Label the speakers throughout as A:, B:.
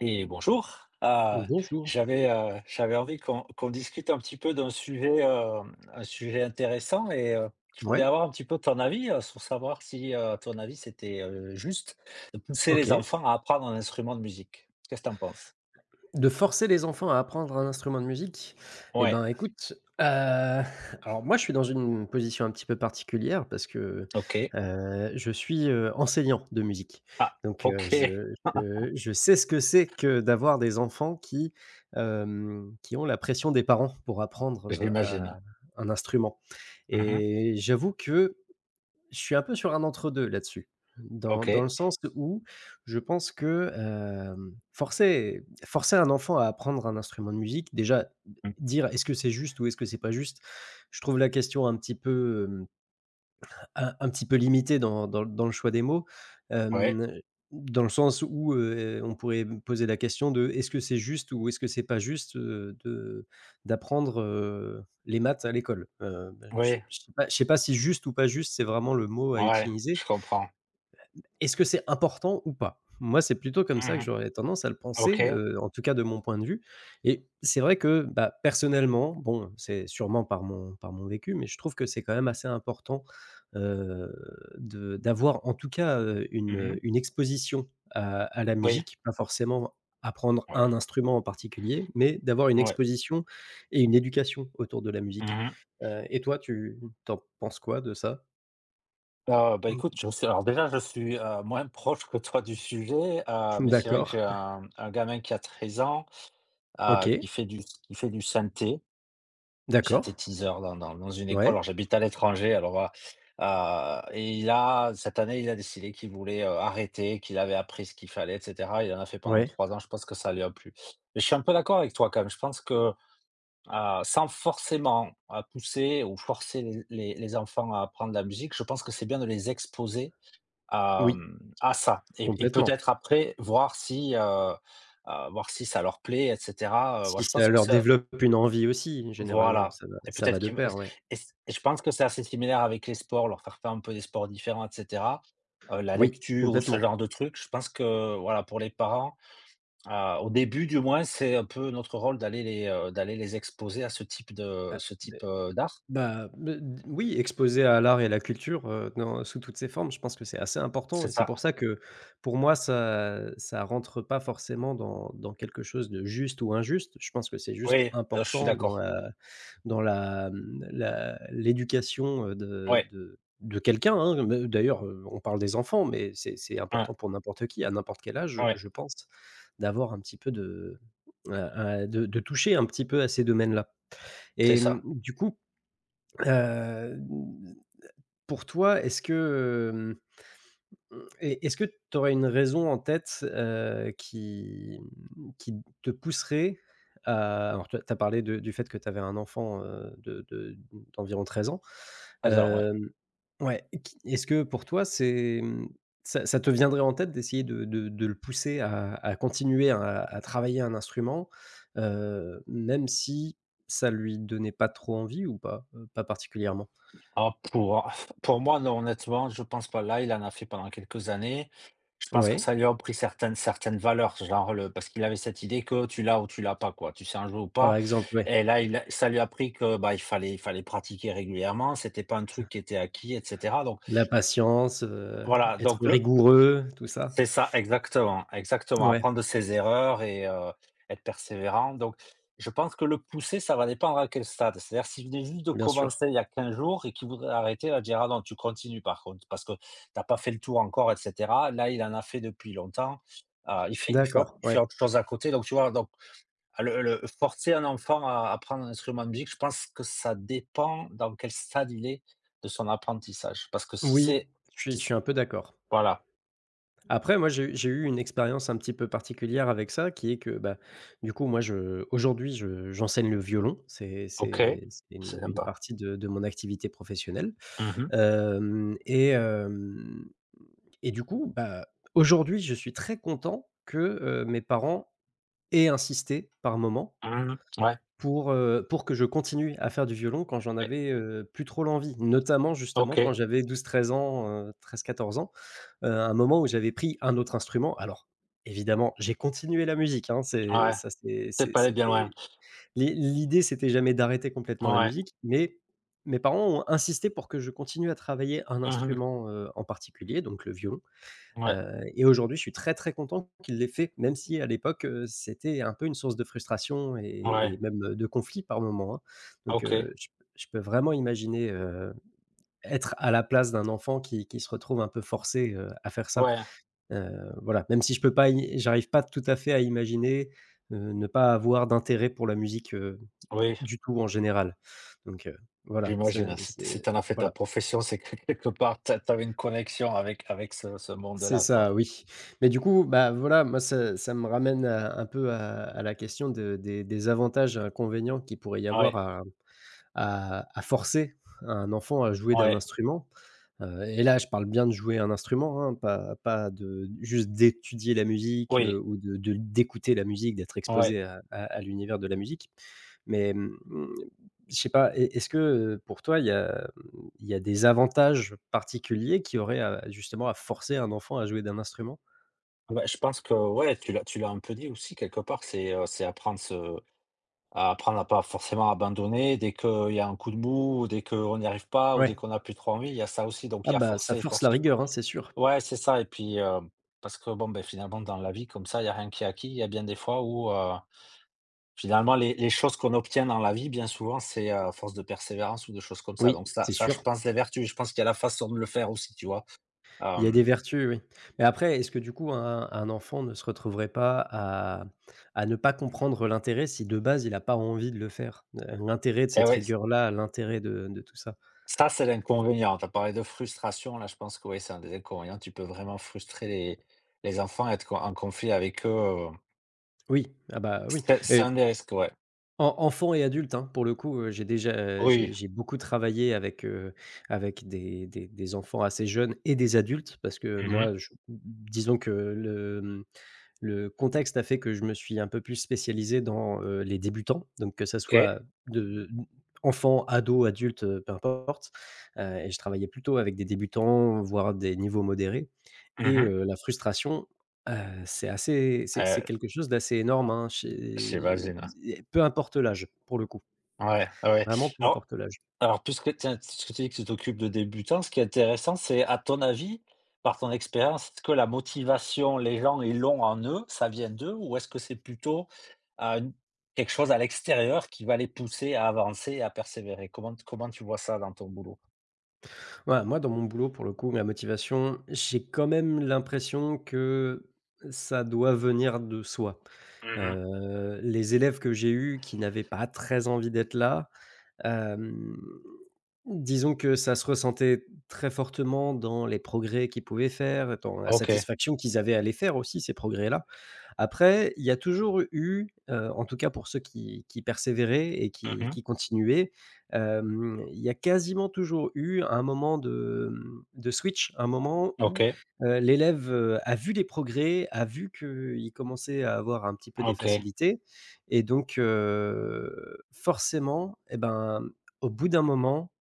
A: Et bonjour.
B: Bonjour.
A: J'avais envie qu'on discute un petit peu d'un sujet intéressant et je voulais
B: Ouais,
A: avoir un petit peu ton avis sur savoir si, à ton avis, c'était juste de pousser
B: OK.
A: les enfants à apprendre un instrument de musique. Qu'est-ce que tu en penses?
B: De forcer les enfants à apprendre un instrument de musique? Eh
A: Ouais,
B: ben, écoute, heu, alors moi, je suis dans une position un petit peu particulière parce que,
A: OK.
B: je suis, enseignant de musique.
A: Ah,
B: Donc,
A: OK,
B: je sais ce que c'est que d'avoir des enfants qui, qui ont la pression des parents pour apprendre, à
A: j'imagine.
B: un instrument,
A: Mhm,
B: et j'avoue que je suis un peu sur un entre-deux là-dessus. Dans
A: OK.
B: dans le sens où je pense que, forcer un enfant à apprendre un instrument de musique, déjà,
A: Mm,
B: dire: «Est-ce que c'est juste ou est-ce que c'est pas juste?», je trouve la question un petit peu, un petit peu limité dans le choix des mots,
A: ouais,
B: hem, dans le sens où, on pourrait me poser la question de: «Est-ce que c'est juste ou est-ce que c'est pas juste, de d'apprendre, les maths à l'école?». Ben, je ne
A: oui,
B: sais pas, si juste ou pas juste, c'est vraiment le mot à
A: ouais,
B: utiliser.
A: je comprends.
B: Est-ce que c'est important ou pas? Moi, c'est plutôt comme ça que
A: Mhm,
B: j'aurais tendance à le
A: OK.
B: penser, en tout cas de mon point de vue. Et c'est vrai que, bah, personnellement, bon, c'est sûrement par mon vécu, mais je trouve que c'est quand même assez important, heu, de d'avoir en tout cas, une,
A: Mhm,
B: une exposition à la
A: oui,
B: musique, pas forcément apprendre
A: ouais,
B: un instrument en particulier, mais d'avoir une exposition et une éducation autour de la musique.
A: ouais.
B: Et toi, tu t'en penses quoi de ça?
A: Bah, écoute, je sais, alors déjà, je suis, moins proche que toi du sujet, mais c'est vrai que
B: D'accord.
A: j'ai un gamin qui a 13 ans, qui
B: OK,
A: fait du synthé, du
B: d'accord.
A: synthétiseur dans une école.
B: Ouais,
A: Alors, j'habite à l'étranger, alors voilà, et il a, cette année, il a décidé qu'il voulait, arrêter, qu'il avait appris ce qu'il fallait, et cetera. Il en a fait pendant
B: ouais,
A: 3 ans, je pense que ça lui a plu. Mais je suis un peu d'accord avec toi quand même. Je pense que, sans forcément, pousser ou forcer les enfants à apprendre la musique, je pense que c'est bien de les exposer à,
B: oui,
A: mmh, à ça, et
B: complètement.
A: peut-être après voir si, ça leur plaît, et cetera. Moi,
B: Si
A: je
B: ça
A: pense que
B: leur
A: ça
B: développe une envie aussi, généralement,
A: voilà
B: ça va
A: et
B: ça
A: peut-être
B: va de
A: qu'ils
B: pair, ouais.
A: et je pense que c'est assez similaire avec les sports, leur faire faire un peu des sports différents, et cetera. La
B: Oui,
A: lecture, ou ce
B: complètement.
A: genre de truc, je pense que, voilà, pour les parents, au début du moins, c'est un peu notre rôle d'aller les, exposer à ce type de ce
B: Beh,
A: type, heu, d'art.
B: bah, beh, d Oui, exposer à l'art et la culture, dans sous toutes ses formes, je pense que c'est assez important,
A: C'est
B: et c'est
A: ça.
B: pour ça que, pour moi, ça rentre pas forcément dans quelque chose de juste ou injuste. Je pense que c'est juste
A: Oui, je suis
B: important
A: d'accord.
B: dans la, mmh, la l'éducation, de
A: Ouais,
B: de de quelqu'un, hein. Me d'ailleurs, on parle des enfants, mais c'est
A: ouais,
B: important pour n'importe qui, à n'importe quel âge,
A: ouais,
B: je pense, d'avoir un petit peu de toucher un petit peu à ces domaines-là,
A: c'est
B: et
A: ça.
B: du coup, heu, pour toi, est-ce que... Mmh et est-ce que tu aurais une raison en tête, qui te pousserait à... Alors tu as parlé de du fait que tu avais un enfant, de d'environ 13 ans.
A: C'est ça, ouais.
B: Hem, ouais, qui est-ce que pour toi c'est, ça te viendrait en tête d'essayer de le pousser à continuer à travailler un instrument, même si ça lui donnait pas trop envie, ou pas? Pas particulièrement?
A: Ah, pour moi, non, honnêtement, je pense pas. Là, il en a fait pendant quelques années. Je pense que
B: Ouais,
A: ça lui a pris certaines valeurs, genre le, parce qu'il avait cette idée que tu l'as ou tu l'as pas, quoi. Tu sais en jouer ou
B: par
A: pas.
B: exemple, ouais.
A: Et là, il a ça lui a pris que, bah, il fallait pratiquer régulièrement. C'était pas un truc qui était acquis, et cetera, donc
B: La patience,
A: voilà, donc
B: être
A: le
B: rigoureux, tout ça.
A: c'est ça, exactement, exactement.
B: Ouais,
A: Apprendre de ses erreurs et, être persévérant. Donc, je pense que le pousser, ça va dépendre à quel stade. C'est-à-dire, s'il venait juste de
B: bien sûr.
A: commencer il y a 15 jours et qu'il voudrait arrêter, là je dirais: «Ah non, tu continues par contre, parce que tu as pas fait le tour encore», et cetera. Là, il en a fait depuis longtemps.
B: D'accord,
A: Il fait
B: ouais.
A: autre chose à côté. Donc, tu vois? Donc le forcer un enfant à apprendre un instrument de musique, je pense que ça dépend dans quel stade il est de son apprentissage. Parce que si
B: Oui,
A: c'est
B: je
A: si
B: suis je
A: c
B: suis un peu d'accord.
A: voilà.
B: Après, moi j'ai eu une expérience un petit peu particulière avec ça, qui est que, bah, du coup moi, je aujourd'hui je j'enseigne le violon. C'est
A: OK,
B: c'est c'est une
A: c'est
B: une
A: sympa.
B: partie de mon activité professionnelle,
A: Mmh mh.
B: hem et hem et du coup, bah, aujourd'hui je suis très content que, mes parents aient insisté par moment
A: Mmh mh. Ouais,
B: pour que je continue à faire du violon quand j'en
A: ouais.
B: avais, plus trop l'envie. Notamment justement quand
A: OK.
B: j'avais 12, 13 ans, 13-14 ans, à un moment où j'avais pris un autre instrument. Alors évidemment, j'ai continué la musique, hein, c'est
A: Ouais.
B: ça
A: Peut-être
B: c'est
A: pas aller bien loin.
B: c'était l'i l'idée c'était jamais d'arrêter complètement la
A: Ouais.
B: musique, mais mes parents ont insisté pour que je continue à travailler un
A: Mmh mh.
B: instrument, en particulier, donc le violon.
A: Ouais.
B: Et aujourd'hui, je suis très, très content qu'il l'ait fait, même si à l'époque, c'était un peu une source de frustration et
A: Ouais.
B: et même, de conflit par moment, hein. Donc
A: OK.
B: heu, je peux vraiment imaginer, être à la place d'un enfant qui se retrouve un peu forcé, à faire ça.
A: Ouais.
B: Voilà, même si je peux pas i j'arrive pas tout à fait à imaginer, ne pas avoir d'intérêt pour la musique,
A: Oui,
B: du tout en général. Donc voilà,
A: j'imagine, hein, si t si
B: c'est
A: tu en as fait ta
B: voilà.
A: profession, c'est que quelque part, tu avais une connexion avec ce
B: C'est
A: monde-là, quoi.
B: ça, oui. Mais du coup, bah, voilà, moi ça me ramène à un peu à la question de des avantages et inconvénients qu'il pourrait y avoir
A: Ouais,
B: à forcer un enfant à jouer d'un
A: ouais,
B: instrument. Et là, je parle bien de jouer un instrument, hein, pas de juste d'étudier la musique,
A: oui,
B: ou de d'écouter la musique, d'être
A: ouais.
B: exposé à l'univers de la musique. Mais, je sais pas, est-ce que, pour toi, il y a des avantages particuliers qui auraient à justement à forcer un enfant à jouer d'un instrument?
A: Bah, je pense que, ouais, tu l'as un peu dit aussi quelque part, c'est, apprendre ce à apprendre à pas forcément abandonner dès qu'il y a un coup de mou, dès qu'on n'y arrive pas ou dès
B: Ouais.
A: qu'on a plus trop envie, il y a ça aussi, donc
B: Ah
A: il y a
B: bah, ça
A: forcer,
B: force la
A: forcer.
B: rigueur, hein, c'est sûr.
A: Ouais, c'est ça, et puis, parce que bon, ben finalement dans la vie comme ça, il y a rien qui est acquis. Il y a bien des fois où, finalement, les choses qu'on obtient dans la vie, bien souvent, c'est, à force de persévérance ou de choses comme ça.
B: Oui,
A: Donc, ça,
B: c'est
A: je
B: sûr.
A: pense, les vertus, je pense qu'il y a la façon de le faire aussi, tu vois?
B: Il y a des
A: Hem
B: vertus, oui. Mais après, est-ce que du coup un enfant ne se retrouverait pas à ne pas comprendre l'intérêt, si de base il n'a pas envie de le faire? L'intérêt de
A: et
B: cette
A: ouais, c
B: rigueur-là, l'intérêt de tout ça.
A: ça, c'est l'inconvénient. Tu as parlé de frustration, là je pense que, ouais, c'est un des inconvénients. Tu peux vraiment frustrer les enfants, être co en conflit avec eux,
B: Oui, ah bah, oui.
A: c'est
B: Et
A: un des risques, ouais.
B: en enfant et adulte, hein, pour le coup, j'ai déjà,
A: Oui.
B: j'ai beaucoup travaillé avec, avec des enfants assez jeunes et des adultes, parce que
A: Mmh.
B: moi, je disons que le contexte a fait que je me suis un peu plus spécialisé dans, les débutants, donc que ça
A: OK.
B: soit de enfants, ado, adultes, peu importe, et je travaillais plutôt avec des débutants, voire des niveaux modérés.
A: Mmh
B: Et
A: mh.
B: la frustration, heu, c'est assez c'est
A: Heu,
B: quelque chose d'assez énorme, hein, chez
A: j'imagine, ouais.
B: peu importe l'âge, pour le coup,
A: Ouais, ouais.
B: vraiment peu
A: Alors,
B: importe l'âge.
A: Puisque, tiens, puisque tu dis que tu t'occupes de débutants, ce qui est intéressant, c'est, à ton avis, par ton expérience, est-ce que la motivation, les gens, ils l'ont en eux, ça vient d'eux, ou est-ce que c'est plutôt, une quelque chose à l'extérieur qui va les pousser à avancer et à persévérer? Comment tu vois ça dans ton boulot?
B: Voilà, moi, dans mon boulot, pour le coup, la motivation, j'ai quand même l'impression que ça doit venir de soi.
A: Mmh.
B: Les élèves que j'ai eus qui n'avaient pas très envie d'être là, disons que ça se ressentait très fortement dans les progrès qu'ils pouvaient faire, dans la
A: OK.
B: satisfaction qu'ils avaient à les faire aussi, ces progrès-là. Après, il y a toujours eu, en tout cas pour ceux qui persévéraient et qui
A: Mmh.
B: qui continuaient, il y a quasiment toujours eu un moment de, switch, un moment où,
A: OK,
B: l'élève, a vu les progrès, a vu qu'il commençait à avoir un petit peu des
A: OK.
B: facilités, et donc forcément, et ben, au bout d'un moment,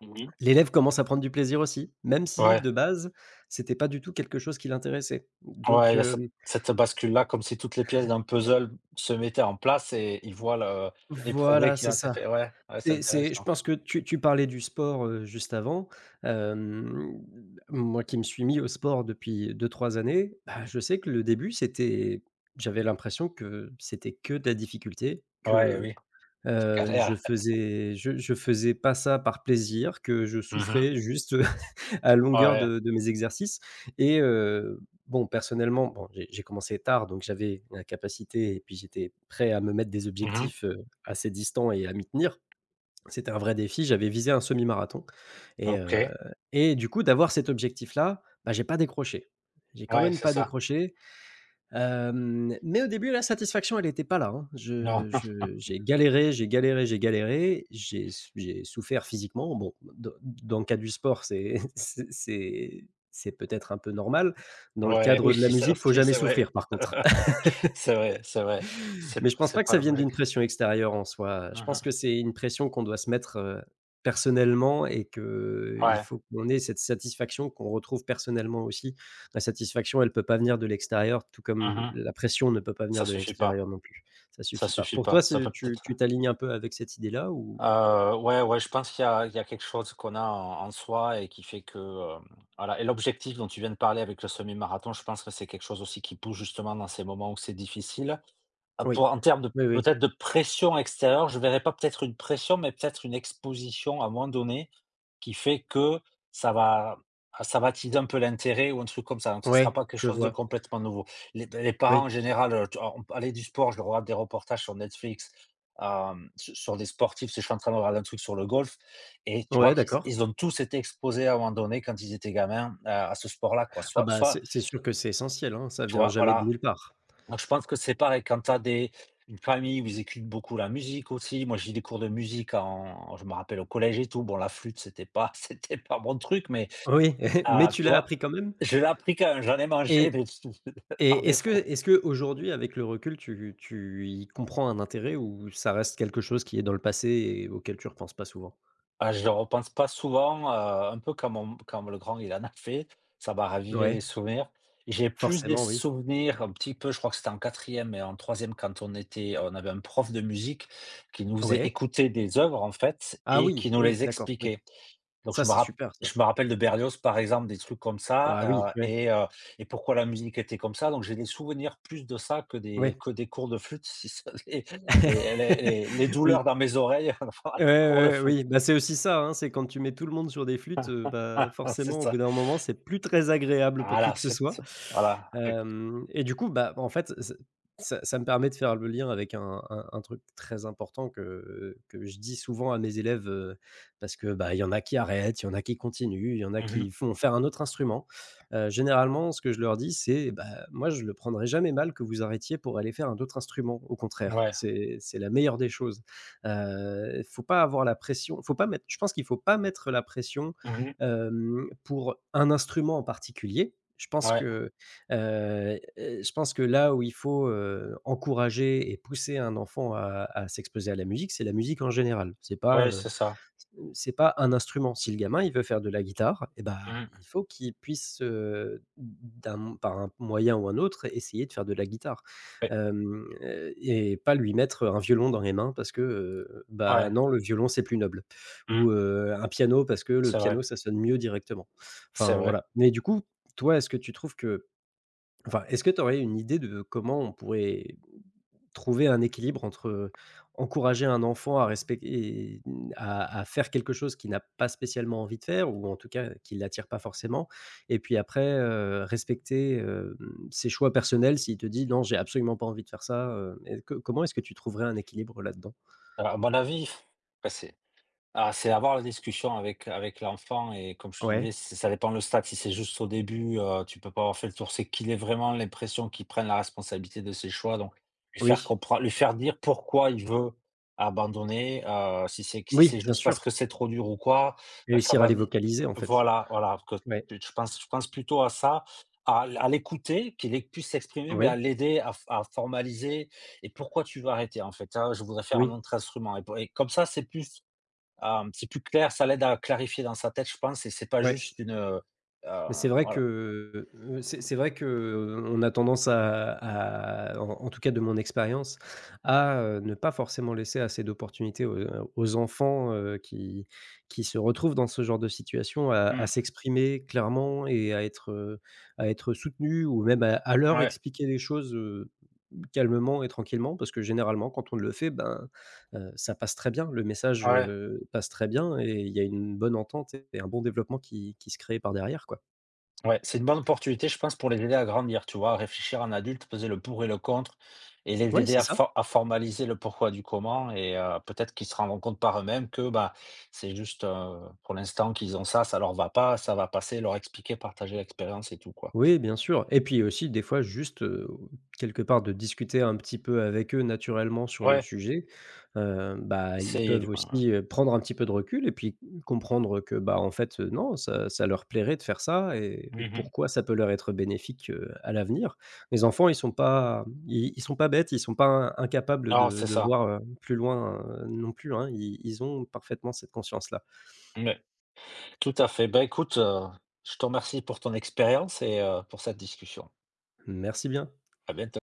A: Oui.
B: l'élève commence à prendre du plaisir aussi, même si
A: Ouais,
B: de base, c'était pas du tout quelque chose qui l'intéressait. Donc
A: ouais, il y a cette,
B: hem,
A: bascule-là, comme si toutes les pièces d'un puzzle se mettaient en place et ils voient le les progrès
B: voilà,
A: qui
B: c'est
A: ont été
B: ça.
A: faits. Ouais, ouais, c'est
B: C'est Je
A: intéressant.
B: pense que tu parlais du sport, juste avant. Hem, Moi qui me suis mis au sport depuis deux trois années, bah, je sais que le début, c'était j'avais l'impression que c'était que de la difficulté,
A: Ouais,
B: que,
A: oui.
B: je faisais pas ça par plaisir, que je
A: Mmh mh.
B: souffrais juste à longueur
A: Ouais.
B: de mes exercices, et bon personnellement, bon j'ai commencé tard, donc j'avais la capacité et puis j'étais prêt à me mettre des
A: Mmh mh.
B: objectifs, assez distants, et à m'y tenir. C'était un vrai défi, j'avais visé un semi-marathon, et
A: OK.
B: heu et du coup, d'avoir cet objectif-là, bah, j'ai pas décroché. J'ai quand
A: Ouais,
B: même
A: c'est
B: pas
A: ça.
B: décroché. Mais au début, la satisfaction, elle n'était pas là, hein.
A: Non.
B: Je j'ai galéré, j'ai galéré, j'ai galéré, j'ai souffert physiquement. Bon, dans le cadre du sport, c'est c'est peut-être un peu normal. Dans le
A: Ouais,
B: cadre
A: oui,
B: de la
A: c'est ça
B: musique, faut
A: aussi,
B: jamais
A: c'est vrai.
B: souffrir, par contre.
A: C'est vrai, c'est vrai. C'est p
B: Mais je pense
A: c'est
B: pas que
A: pas
B: ça
A: la
B: vienne
A: logique.
B: d'une pression extérieure en soi. Je
A: Mmh
B: pense que
A: mh.
B: c'est une pression qu'on doit se mettre, personnellement, et que il
A: Ouais.
B: faut qu'on ait cette satisfaction qu'on retrouve personnellement aussi. La satisfaction, elle peut pas venir de l'extérieur, tout
A: Mmh
B: comme
A: mh.
B: la pression ne peut pas
A: Ça
B: venir de
A: suffit pas,
B: l'extérieur non plus. Ça
A: ça
B: suffit pas.
A: suffit
B: Pour toi,
A: pas. Ça
B: c'est
A: peut
B: tu
A: peut-être
B: tu t'alignes un peu avec cette idée-là, ou...
A: ouais, ouais, je pense qu'il y a, quelque chose qu'on a en, soi et qui fait que, hem, voilà, et l'objectif dont tu viens de parler avec le semi-marathon, je pense que c'est quelque chose aussi qui pousse justement dans ces moments où c'est difficile. Ah,
B: Oui,
A: pour En termes de,
B: oui. oui.
A: peut-être de pression extérieure, je verrais pas peut-être une pression, mais peut-être une exposition à un moment donné, qui fait que ça va, ça va teaser un peu l'intérêt ou un truc comme ça. Donc ça sera
B: Ouais,
A: pas quelque
B: je
A: chose de
B: vois.
A: complètement nouveau. Les parents en
B: Oui.
A: général, tu on parlait du sport, je regarde des reportages sur Netflix, hem, su sur des sportifs, tu sais, je suis en train de regarder un truc sur le golf, et tu vois
B: Ouais,
A: qu'ils,
B: d'accord.
A: ils ont tous été exposés à un moment donné quand ils étaient gamins, à ce sport-là, quoi.
B: Ah
A: Soit
B: bah,
A: soit
B: c'est sûr que c'est essentiel, hein, ça
A: tu
B: vient
A: vois?
B: jamais de
A: Voilà.
B: nulle part.
A: Donc je pense que c'est pareil quand tu as des une famille où ils écoutent beaucoup la musique aussi. Moi, j'ai eu des cours de musique, en je me rappelle, au collège et tout. Bon, la flûte, c'était pas c'était pas mon truc, mais,
B: Oui, mais
A: ah,
B: tu
A: tu
B: l'as
A: vois?
B: appris quand même?
A: Je l'ai appris quand même, j'en ai mangé
B: Et...
A: des par
B: Est-ce que
A: défaut.
B: aujourd'hui, avec le recul, tu y comprends un intérêt, ou ça reste quelque chose qui est dans le passé et auquel tu repenses pas souvent?
A: Ah, je ne repense pas souvent, un peu comme mon quand le grand il en a fait, ça m'a ravivé les
B: Ouais,
A: souvenirs. J'ai plus des
B: forcément, oui.
A: souvenirs un petit peu, je crois que c'était en quatrième et en troisième, quand on avait un prof de musique qui nous faisait
B: Ouais.
A: écouter des œuvres en fait
B: Ah
A: et
B: oui,
A: qui nous
B: oui,
A: les
B: d'accord, oui.
A: expliquait. Donc
B: Ça, c'est super, ça.
A: je me rappelle de Berlioz, par exemple, des trucs comme
B: Ah
A: ça,
B: oui,
A: heu
B: oui,
A: et heu et pourquoi la musique était comme ça. Donc j'ai des souvenirs plus de ça que des,
B: ouais.
A: cours de flûte, si ça les douleurs
B: Oui.
A: dans mes oreilles, enfin,
B: Ouais,
A: les cours de
B: ouais,
A: flûte.
B: oui, bah, c'est aussi ça, hein, c'est quand tu mets tout le monde sur des flûtes, bah,
A: C'est
B: forcément au bout
A: ça.
B: d'un moment, c'est plus très agréable pour qui
A: Voilà,
B: que ce soit.
A: c'est voilà, avec,
B: Hem Et du coup, bah, en fait, ça me permet de faire le lien avec un truc très important que je dis souvent à mes élèves, parce que, bah, il y en a qui arrêtent, il y en a qui continuent, il y en a qui
A: mmh,
B: font faire un autre instrument. Généralement, ce que je leur dis, c'est: «Bah, moi, je le prendrai jamais mal que vous arrêtiez pour aller faire un autre instrument. Au contraire,
A: ouais,
B: c'est la meilleure des choses». Faut pas avoir la pression, faut pas mettre je pense qu'il faut pas mettre la pression,
A: mmh,
B: pour un instrument en particulier.
A: ouais,
B: Heu je pense que là où il faut, encourager et pousser un enfant à s'exposer à la musique, c'est la musique en général. C'est pas,
A: ouais, c'est ça.
B: Mmh, c'est pas un instrument. Si le gamin, il veut faire de la guitare et bah,
A: Mmh,
B: il faut qu'il puisse, d'un par un moyen ou un autre, essayer de faire de la guitare.
A: ouais,
B: Et pas lui mettre un violon dans les mains parce que, bah,
A: ouais,
B: non, le violon, c'est plus noble
A: mmh,
B: ou, un piano parce que le
A: c'est vrai,
B: piano, ça sonne mieux directement.
A: c'est
B: Enfin,
A: vrai.
B: voilà. Mais du coup, toi, est-ce que tu trouves que enfin, est-ce que tu aurais une idée de comment on pourrait trouver un équilibre entre encourager un enfant à respecter et mmh, à faire quelque chose qu'il n'a pas spécialement envie de faire ou en tout cas qui ne l'attire pas forcément et puis après, respecter, ses choix personnels s'il te dit: «Non, j'ai absolument pas envie de faire ça», et co comment est-ce que tu trouverais un équilibre là-dedans?
A: Alors, à mon avis, bah, c'est, avoir la discussion avec l'enfant, et comme je te disais,
B: Ouais,
A: c ça dépend le stade. Si c'est juste au début, tu peux pas avoir fait le tour. C'est qu'il ait vraiment l'impression qu'il prenne la responsabilité de ses choix, donc lui faire
B: oui,
A: comprendre, lui faire dire pourquoi il veut abandonner, si
B: oui,
A: c'est
B: bien
A: juste parce
B: sûr.
A: que c'est trop dur ou quoi, bah, ça
B: Réussir à
A: va
B: les
A: vi
B: vocaliser en fait.
A: voilà, voilà, que,
B: Ouais,
A: tu je pense plutôt à ça, à, l'écouter, qu'il ait puisse s'exprimer, mais à
B: oui,
A: l'aider à, f à formaliser et pourquoi tu veux arrêter en fait? Ah, je voudrais faire un
B: oui,
A: autre instrument, et pour et comme ça, c'est plus, clair, ça l'aide à clarifier dans sa tête, je pense, et c'est pas
B: ouais.
A: juste une,
B: Mais c'est vrai
A: voilà.
B: que, c'est vrai qu'on a tendance à en tout cas de mon expérience, à, ne pas forcément laisser assez d'opportunités aux aux enfants, qui se retrouvent dans ce genre de situation à
A: Mmh,
B: s'exprimer clairement et à être soutenus ou même à leur
A: ouais,
B: expliquer les choses, calmement et tranquillement. Parce que généralement quand on le fait, ben, ça passe très bien. Le message,
A: ouais,
B: passe très bien et il y a une bonne entente et un bon développement qui se crée par derrière, quoi.
A: ouais, c'est une bonne opportunité, je pense, pour les aider à grandir, tu vois? À réfléchir en adulte, peser le pour et le contre, et les
B: Oui,
A: aider
B: c'est
A: à,
B: ça.
A: formaliser le pourquoi du comment et, peut-être qu'ils se rendront compte par eux-mêmes que, bah, c'est juste, pour l'instant qu'ils ont ça, ça leur va pas, ça va passer, leur expliquer, partager l'expérience et tout, quoi.
B: Oui, bien sûr et puis aussi des fois juste, quelque part de discuter un petit peu avec eux naturellement sur le
A: Ouais,
B: sujet, bah, ils
A: essayer du
B: peuvent
A: moins, ouais.
B: aussi, prendre un petit peu de recul et puis comprendre que, bah, en fait, non, ça leur plairait de faire ça et
A: Mmh.
B: pourquoi ça peut leur être bénéfique, à l'avenir. Les enfants, ils sont pas bêtes, ils sont pas in incapables
A: Alors,
B: de
A: c'est
B: de
A: ça.
B: voir, plus loin, non plus, hein. Ils ont parfaitement cette conscience-là.
A: Tout à fait. Bah, écoute, je te remercie pour ton expérience et, pour cette discussion.
B: Merci bien.
A: À bientôt.